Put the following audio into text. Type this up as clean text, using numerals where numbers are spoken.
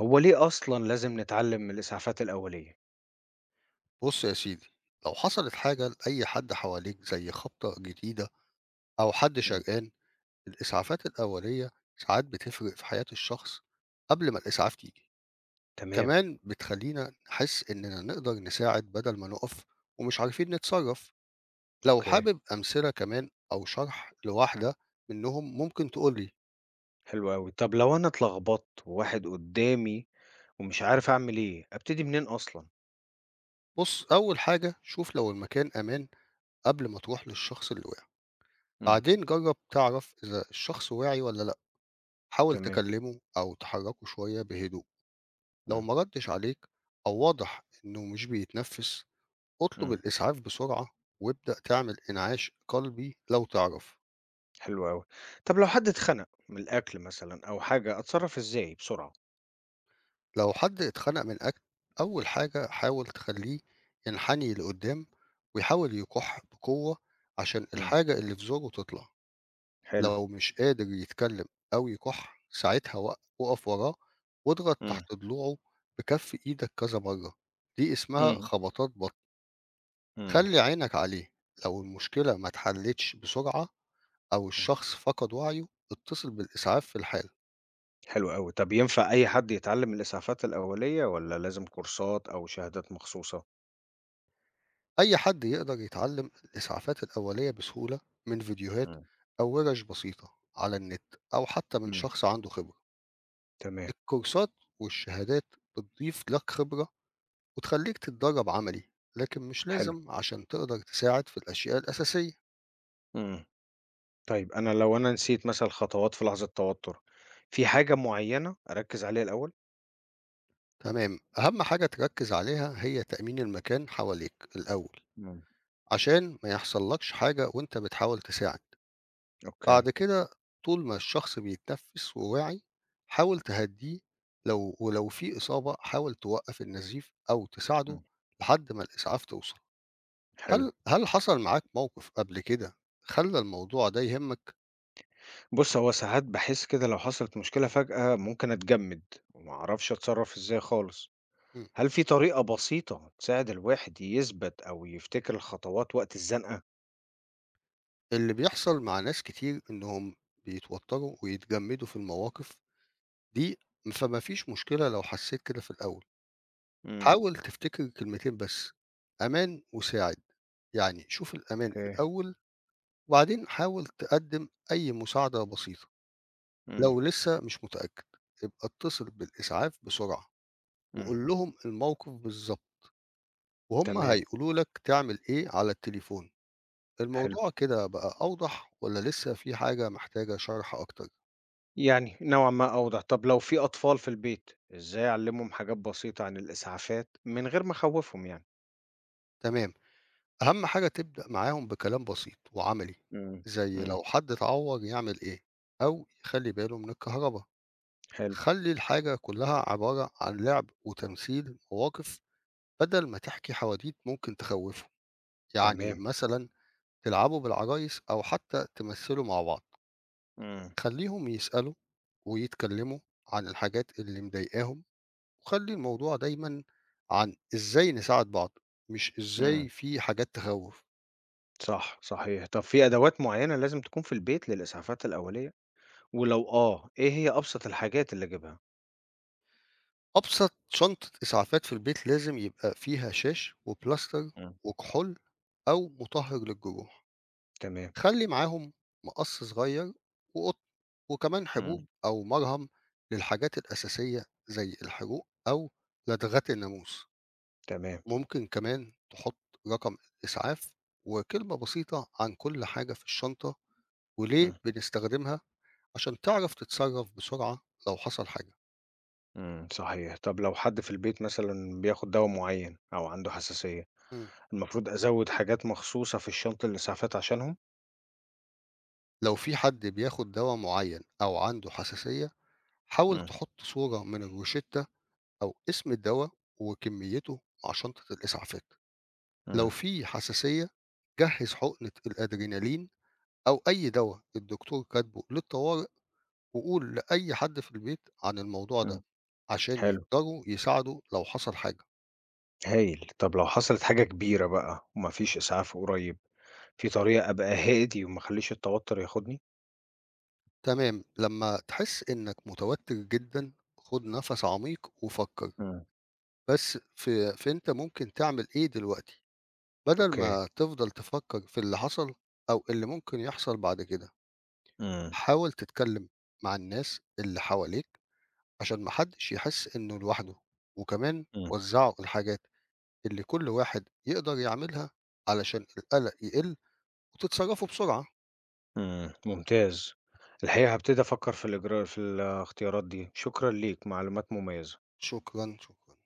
هو ليه أصلًا لازم نتعلّم من الإسعافات الأولية؟ بص يا سيدي، لو حصلت حاجة لأي حد حواليك زي خبطة جديدة أو حد إمم. شرقان، الإسعافات الأولية ساعات بتفرق في حياة الشخص قبل ما الإسعاف تيجي. تمام، كمان بتخلينا نحس إننا نقدر نساعد بدل ما نقف ومش عارفين نتصرف. لو أوكي، حابب أمثلة كمان أو شرح لواحدة منهم ممكن تقولي. حلو أوي. طب لو أنا اتلخبطت وواحد قدّامي ومش عارف أعمل إيه، أبتدي منين أصلًا؟ بص، أول حاجة شوف لو المكان أمان قبل ما تروح للشخص اللي وقع. إمم. بعدين جرب تعرف إذا الشخص واعي ولا لأ، حاول تمام. تكلمه أو تحركه شوية بهدوء. لو إمم، ما ردش عليك أو واضح إنه مش بيتنفس، اطلب إمم. الإسعاف بسرعة وابدأ تعمل إنعاش قلبي لو تعرف. حلو أوي. طب لو حد اتخنق من الأكل مثلًا أو حاجة، أتصرّف إزاي بسرعة؟ لو حد اتخنق من أكل، أول حاجة حاول تخليه ينحني لقدام ويحاول يكح بقوة عشان إمم. الحاجة اللي في زوره تطلع. حلو. لو مش قادر يتكلم أو يكح ساعتها وقف وراه واضغط إمم، تحت ضلوعه بكف إيدك كذا مرة، دي اسمها إمم، خبطات بطن. إمم، خلّي عينك عليه، لو المشكلة ما اتحلتش بسرعة أو إمم. الشخص فقد وعيه، اتصل بالإسعاف في الحالة. حلو أوي. طب ينفع أي حد يتعلّم الإسعافات الأولية والّا لازم كورسات أو شهادات مخصوصة؟ أي حد يقدر يتعلم الإسعافات الأولية بسهولة من فيديوهات إمم، أو ورش بسيطة على النت أو حتى من إمم. شخص عنده خبرة. تمام، الكورسات والشهادات بتضيف لك خبرة وتخليك تتدرب عملي، لكن مش حلو. لازم عشان تقدر تساعد في الأشياء الأساسية. إمم. طيب أنا لو أنا نسيت مثلًا الخطوات في لحظة توتر، في حاجة معيّنة أركّز عليها الأول؟ تمام، أهم حاجة تركز عليها هي تأمين المكان حواليك الأول. إمم. عشان ما يحصلكش حاجة وأنت بتحاول تساعد. أوكي، بعد كده، طول ما الشخص بيتنفس وواعي حاول تهديه، لو ولو في إصابة حاول توقف النزيف أو تساعده إمم. لحد ما الإسعاف توصل. حلو. هل حصل معاك موقف قبل كده خلى الموضوع ده يهمك؟ بُص، هو ساعات باحس كده لو حصلت مشكلة فجأة ممكن أتجمِّد وما أعرفش أتصرّف إزاي خالص. مم. هل في طريقة بسيطة تساعد الواحد يثبت أو يفتكر الخطوات وقت الزنقة؟ اللي بيحصل مع ناس كتير إنهم بيتوتروا ويتجمدوا في المواقف دي، فما فيش مشكلة لو حسيت كده في الأول. إمم. حاول تفتكر كلمتين بس، أمان وساعد، يعني شوف الأمان أوكي، الأول وبعدين حاول تقدم أي مساعدة بسيطة. إمم. لو لسه مش متأكد يبقى اتصل بالإسعاف بسرعة إمم، وقول لهم الموقف بالظبط، وهم تمام، هيقولوا لك تعمل إيه على التليفون. حلو. الموضوع كده بقى أوضح ولا لسه في حاجة محتاجة شرح أكتر؟ يعني نوعًا ما أوضح. طب لو في أطفال في البيت، إزاي أعلّمهم حاجات بسيطة عن الإسعافات من غير ما أخوّفهم يعني؟ تمام، أهم حاجة تبدأ معاهم بكلام بسيط وعملي، إمم. زي إمم. لو حد اتعور يعمل إيه أو يخلي باله من الكهرباء. حلو، خلّي الحاجة كلّها عبارة عن لعب وتمثيل مواقف بدل ما تحكي حواديت ممكن تخوّفهم، يعني تمام، مثلًا تلعبوا بالعرايس أو حتى تمثّلوا مع بعض. إمم، خلّيهم يسألوا ويتكلّموا عن الحاجات اللي مضايقاهم، وخلّي الموضوع دايمًا عن إزاي نساعد بعض، مش إزاي إمم، في حاجات تخوّف. صح، صحيح. طب في أدوات معيّنة لازم تكون في البيت للإسعافات الأولية؟ ولو آه، إيه هي أبسط الحاجات اللي أجيبها؟ أبسط شنطة إسعافات في البيت لازم يبقى فيها شاش وبلاستر إمم، وكحول أو مطهّر للجروح. تمام، خلّي معاهم مقص صغير وقطن، وكمان إمم، حبوب أو مرهم للحاجات الأساسية زي الحروق أو لدغات الناموس. تمام، ممكن كمان تحط رقم الإسعاف وكلمة بسيطة عن كل حاجة في الشنطة إمم. وليه بنستخدمها عشان تعرف تتصرف بسرعة لو حصل حاجة. إمم، صحيح. طب لو حد في البيت مثلًا بياخد دوا معيّن أو عنده حساسية، مم. المفروض أزوّد حاجات مخصوصة في الشنطة للإسعافات عشانهم؟ لو في حد بياخد دوا معين أو عنده حساسية، حاول إمم، تحط صورة من الروشتة أو اسم الدواء وكميته مع شنطة الإسعافات. لو إمم، في حساسية، جهز حقنة الأدرينالين أو أي دواء الدكتور كاتبه للطوارئ، وقول لأي حد في البيت عن الموضوع ده إمم. عشان حلو، يقدروا يساعدوا لو حصل حاجة. هايل. طب لو حصلت حاجة كبيرة بقى وما فيش إسعاف قريب، في طريقة أبقى هادي وما أخلّيش التوتر ياخدني؟ تمام، لما تحس إنك متوتر جدا خد نفس عميق وفكر إمم. بس في, في أنت ممكن تعمل إيه دلوقتي، بدل أوكي. ما تفضل تفكر في اللي حصل أو اللي ممكن يحصل بعد كده. إمم، حاول تتكلم مع الناس اللي حواليك عشان ما حدش يحس إنه لوحده، وكمان إمم، وزّعوا الحاجات اللي كل واحد يقدر يعملها علشان القلق يقل وتتصرّفوا بسرعة. إمم، ممتاز. الحقيقة هابتدي أفكّر في الإجراء في الاختيارات دي. شكرًا ليك، معلومات مميزة. شكرًا، شكرًا.